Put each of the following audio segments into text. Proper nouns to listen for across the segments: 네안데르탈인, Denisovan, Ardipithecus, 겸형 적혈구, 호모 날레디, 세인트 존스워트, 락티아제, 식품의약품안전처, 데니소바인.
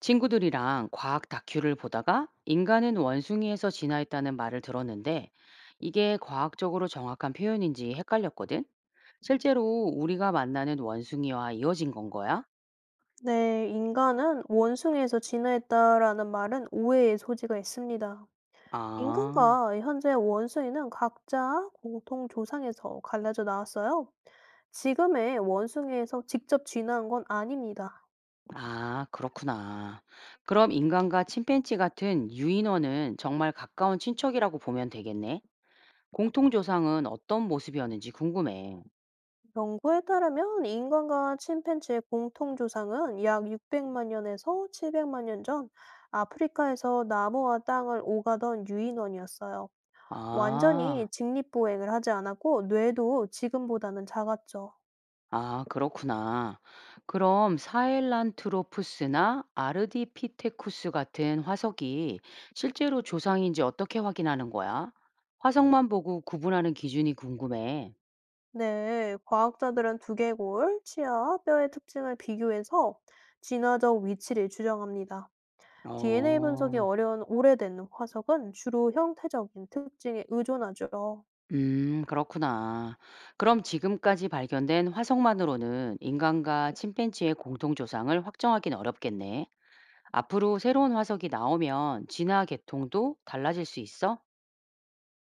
친구들이랑 과학 다큐를 보다가 인간은 원숭이에서 진화했다는 말을 들었는데 이게 과학적으로 정확한 표현인지 헷갈렸거든? 실제로 우리가 만나는 원숭이와 이어진 건 거야? 네, "인간은 원숭이에서 진화했다."라는 말은 오해의 소지가 있습니다. 아, 인간과 현재 원숭이는 각자 공통 조상에서 갈라져 나왔어요. 지금의 원숭이에서 직접 진화한 건 아닙니다. 아, 그렇구나. 그럼 인간과 침팬지 같은 유인원은 정말 가까운 친척이라고 보면 되겠네? 공통조상은 어떤 모습이었는지 궁금해. 연구에 따르면 인간과 침팬지의 공통 조상은 약 600만 년에서 700만 년 전 아프리카에서 나무와 땅을 오가던 유인원이었어요. 완전히 아. 직립보행을 하지 않았고 뇌도 지금보다는 작았죠. 아, 그렇구나. 그럼 사헬란트로푸스나 아르디피테쿠스 같은 화석이 실제로 조상인지 어떻게 확인하는 거야? 화석만 보고 구분하는 기준이 궁금해. 네, 과학자들은 두개골, 치아, 뼈의 특징을 비교해서 진화적 위치를 추정합니다. DNA 분석이 어, 어려운 오래된 화석은 주로 형태적인 특징에 의존하죠. 그렇구나. 그럼 지금까지 발견된 화석만으로는 인간과 침팬지의 공통 조상을 확정하긴 어렵겠네. 앞으로 새로운 화석이 나오면 진화 계통도 달라질 수 있어?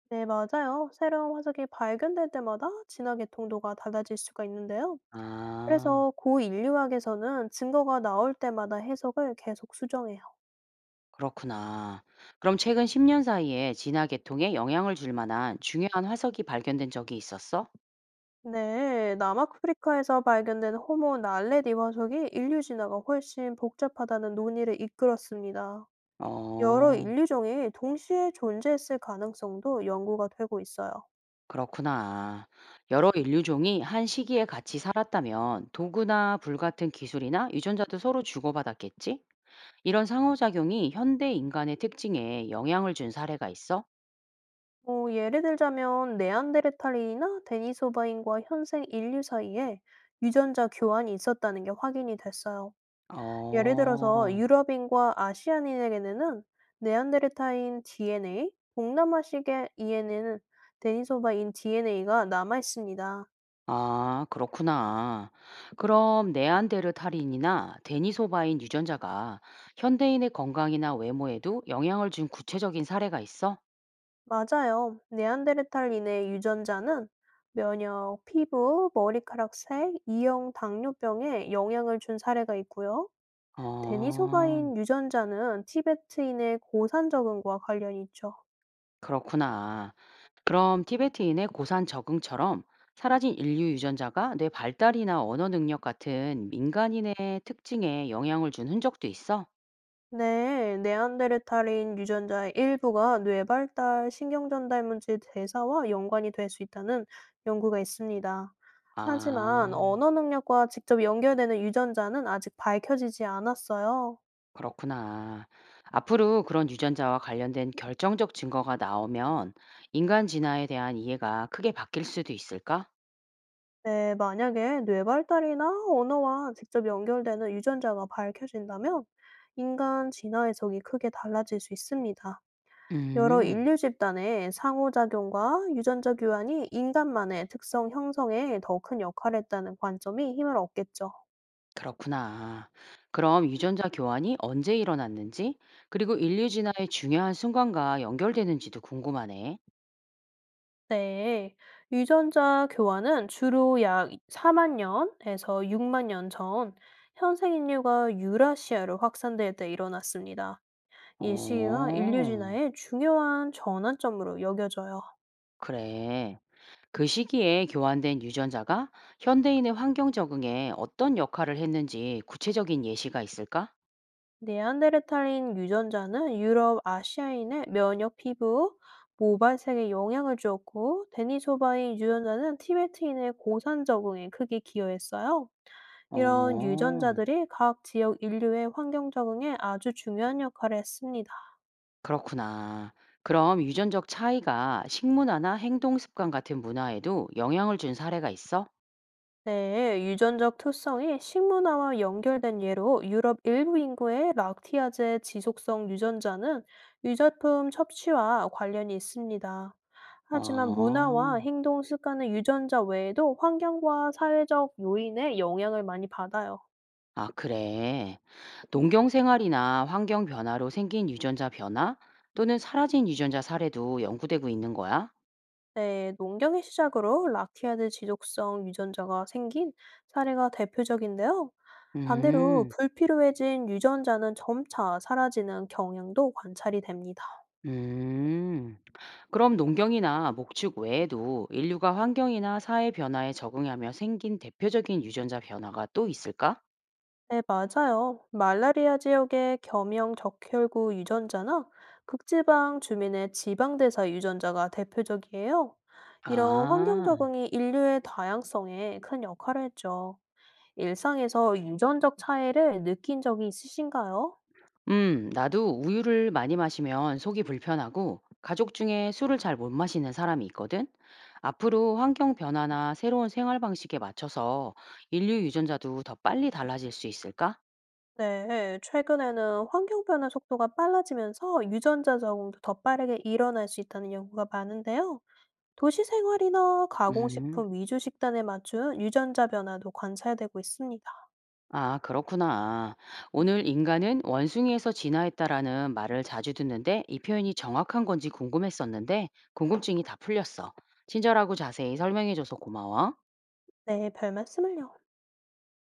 네, 맞아요. 새로운 화석이 발견될 때마다 진화 계통도가 달라질 수가 있는데요. 아. 그래서 고인류학에서는 증거가 나올 때마다 해석을 계속 수정해요. 그렇구나. 그럼 최근 10년 사이에 진화 계통에 영향을 줄 만한 중요한 화석이 발견된 적이 있었어? 네, 남아프리카에서 발견된 호모 날레디 화석이 인류 진화가 훨씬 복잡하다는 논의를 이끌었습니다. 여러 어, 인류종이 동시에 존재했을 가능성도 연구가 되고 있어요. 그렇구나. 여러 인류종이 한 시기에 같이 살았다면 도구나 불 같은 기술이나 유전자도 서로 주고받았겠지? 이런 상호작용이 현대 인간의 특징에 영향을 준 사례가 있어? 뭐, 예를 들자면 네안데르탈인이나 데니소바인과 현생 인류 사이에 유전자 교환이 있었다는 게 확인이 됐어요. 예를 들어서 어. 유럽인과 아시아인에게는 네안데르탈인 DNA, 동남아식의 이에는 데니소바인 DNA가 남아 있습니다. 아, 그렇구나. 그럼 네안데르탈인이나 데니소바인 유전자가 현대인의 건강이나 외모에도 영향을 준 구체적인 사례가 있어? 맞아요. 네안데르탈인의 유전자는 면역, 피부, 머리카락 색, 이형 당뇨병에 영향을 준 사례가 있고요. 어, 데니소바인 유전자는 티베트인의 고산 적응과 관련이 있죠. 그렇구나. 그럼 티베트인의 고산 적응처럼 사라진 인류 유전자가 뇌 발달이나 언어 능력 같은 민간인의 특징에 영향을 준 흔적도 있어? 네, 네안데르탈인 유전자의 일부가 뇌 발달, 신경 전달 문제 대사와 연관이 될 수 있다는 연구가 있습니다. 하지만 아. 언어 능력과 직접 연결되는 유전자는 아직 밝혀지지 않았어요. 그렇구나. 앞으로 그런 유전자와 관련된 결정적 증거가 나오면 인간 진화에 대한 이해가 크게 바뀔 수도 있을까? 네, 만약에 뇌 발달이나 언어와 직접 연결되는 유전자가 밝혀진다면 인간 진화 해석이 크게 달라질 수 있습니다. 여러 음, 인류 집단의 상호작용과 유전자 교환이 인간만의 특성 형성에 더 큰 역할을 했다는 관점이 힘을 얻겠죠. 그렇구나. 그럼 유전자 교환이 언제 일어났는지, 그리고 인류 진화의 중요한 순간과 연결되는지도 궁금하네. 네. 유전자 교환은 주로 약 4만 년에서 6만 년 전 현생 인류가 유라시아로 확산될 때 일어났습니다. 이 시기가 인류 어, 진화의 중요한 전환점으로 여겨져요. 그래. 그 시기에 교환된 유전자가 현대인의 환경 적응에 어떤 역할을 했는지 구체적인 예시가 있을까? 네안데르탈인 유전자는 유럽 아시아인의 면역 피부, 모발색에 영향을 주었고, 데니소바인 유전자는 티베트인의 고산 적응에 크게 기여했어요. 이런 어. 유전자들이 각 지역 인류의 환경 적응에 아주 중요한 역할을 했습니다. 그렇구나. 그럼 유전적 차이가 식문화나 행동 습관 같은 문화에도 영향을 준 사례가 있어? 네, 유전적 특성이 식문화와 연결된 예로 유럽 일부 인구의 락티아제 지속성 유전자는 유제품 섭취와 관련이 있습니다. 하지만 문화와 어, 행동 습관의 유전자 외에도 환경과 사회적 요인에 영향을 많이 받아요. 아, 그래. 농경 생활이나 환경 변화로 생긴 유전자 변화 또는 사라진 유전자 사례도 연구되고 있는 거야? 네, 농경의 시작으로 락티아제 지속성 유전자가 생긴 사례가 대표적인데요. 반대로 음, 불필요해진 유전자는 점차 사라지는 경향도 관찰이 됩니다. 음. 그럼 농경이나 목축 외에도 인류가 환경이나 사회 변화에 적응하며 생긴 대표적인 유전자 변화가 또 있을까? 네, 맞아요. 말라리아 지역의 겸형 적혈구 유전자나 극지방 주민의 지방대사 유전자가 대표적이에요. 이런 환경 아. 적응이 인류의 다양성에 큰 역할을 했죠. 일상에서 유전적 차이를 느낀 적이 있으신가요? 나도 우유를 많이 마시면 속이 불편하고 가족 중에 술을 잘 못 마시는 사람이 있거든. 앞으로 환경 변화나 새로운 생활 방식에 맞춰서 인류 유전자도 더 빨리 달라질 수 있을까? 네, 최근에는 환경 변화 속도가 빨라지면서 유전자 적응도 더 빠르게 일어날 수 있다는 연구가 많은데요. 도시 생활이나 음, 가공식품 위주 식단에 맞춘 유전자 변화도 관찰되고 있습니다. 아, 그렇구나. 오늘 인간은 원숭이에서 진화했다라는 말을 자주 듣는데 이 표현이 정확한 건지 궁금했었는데 궁금증이 다 풀렸어. 친절하고 자세히 설명해줘서 고마워. 네, 별 말씀을요.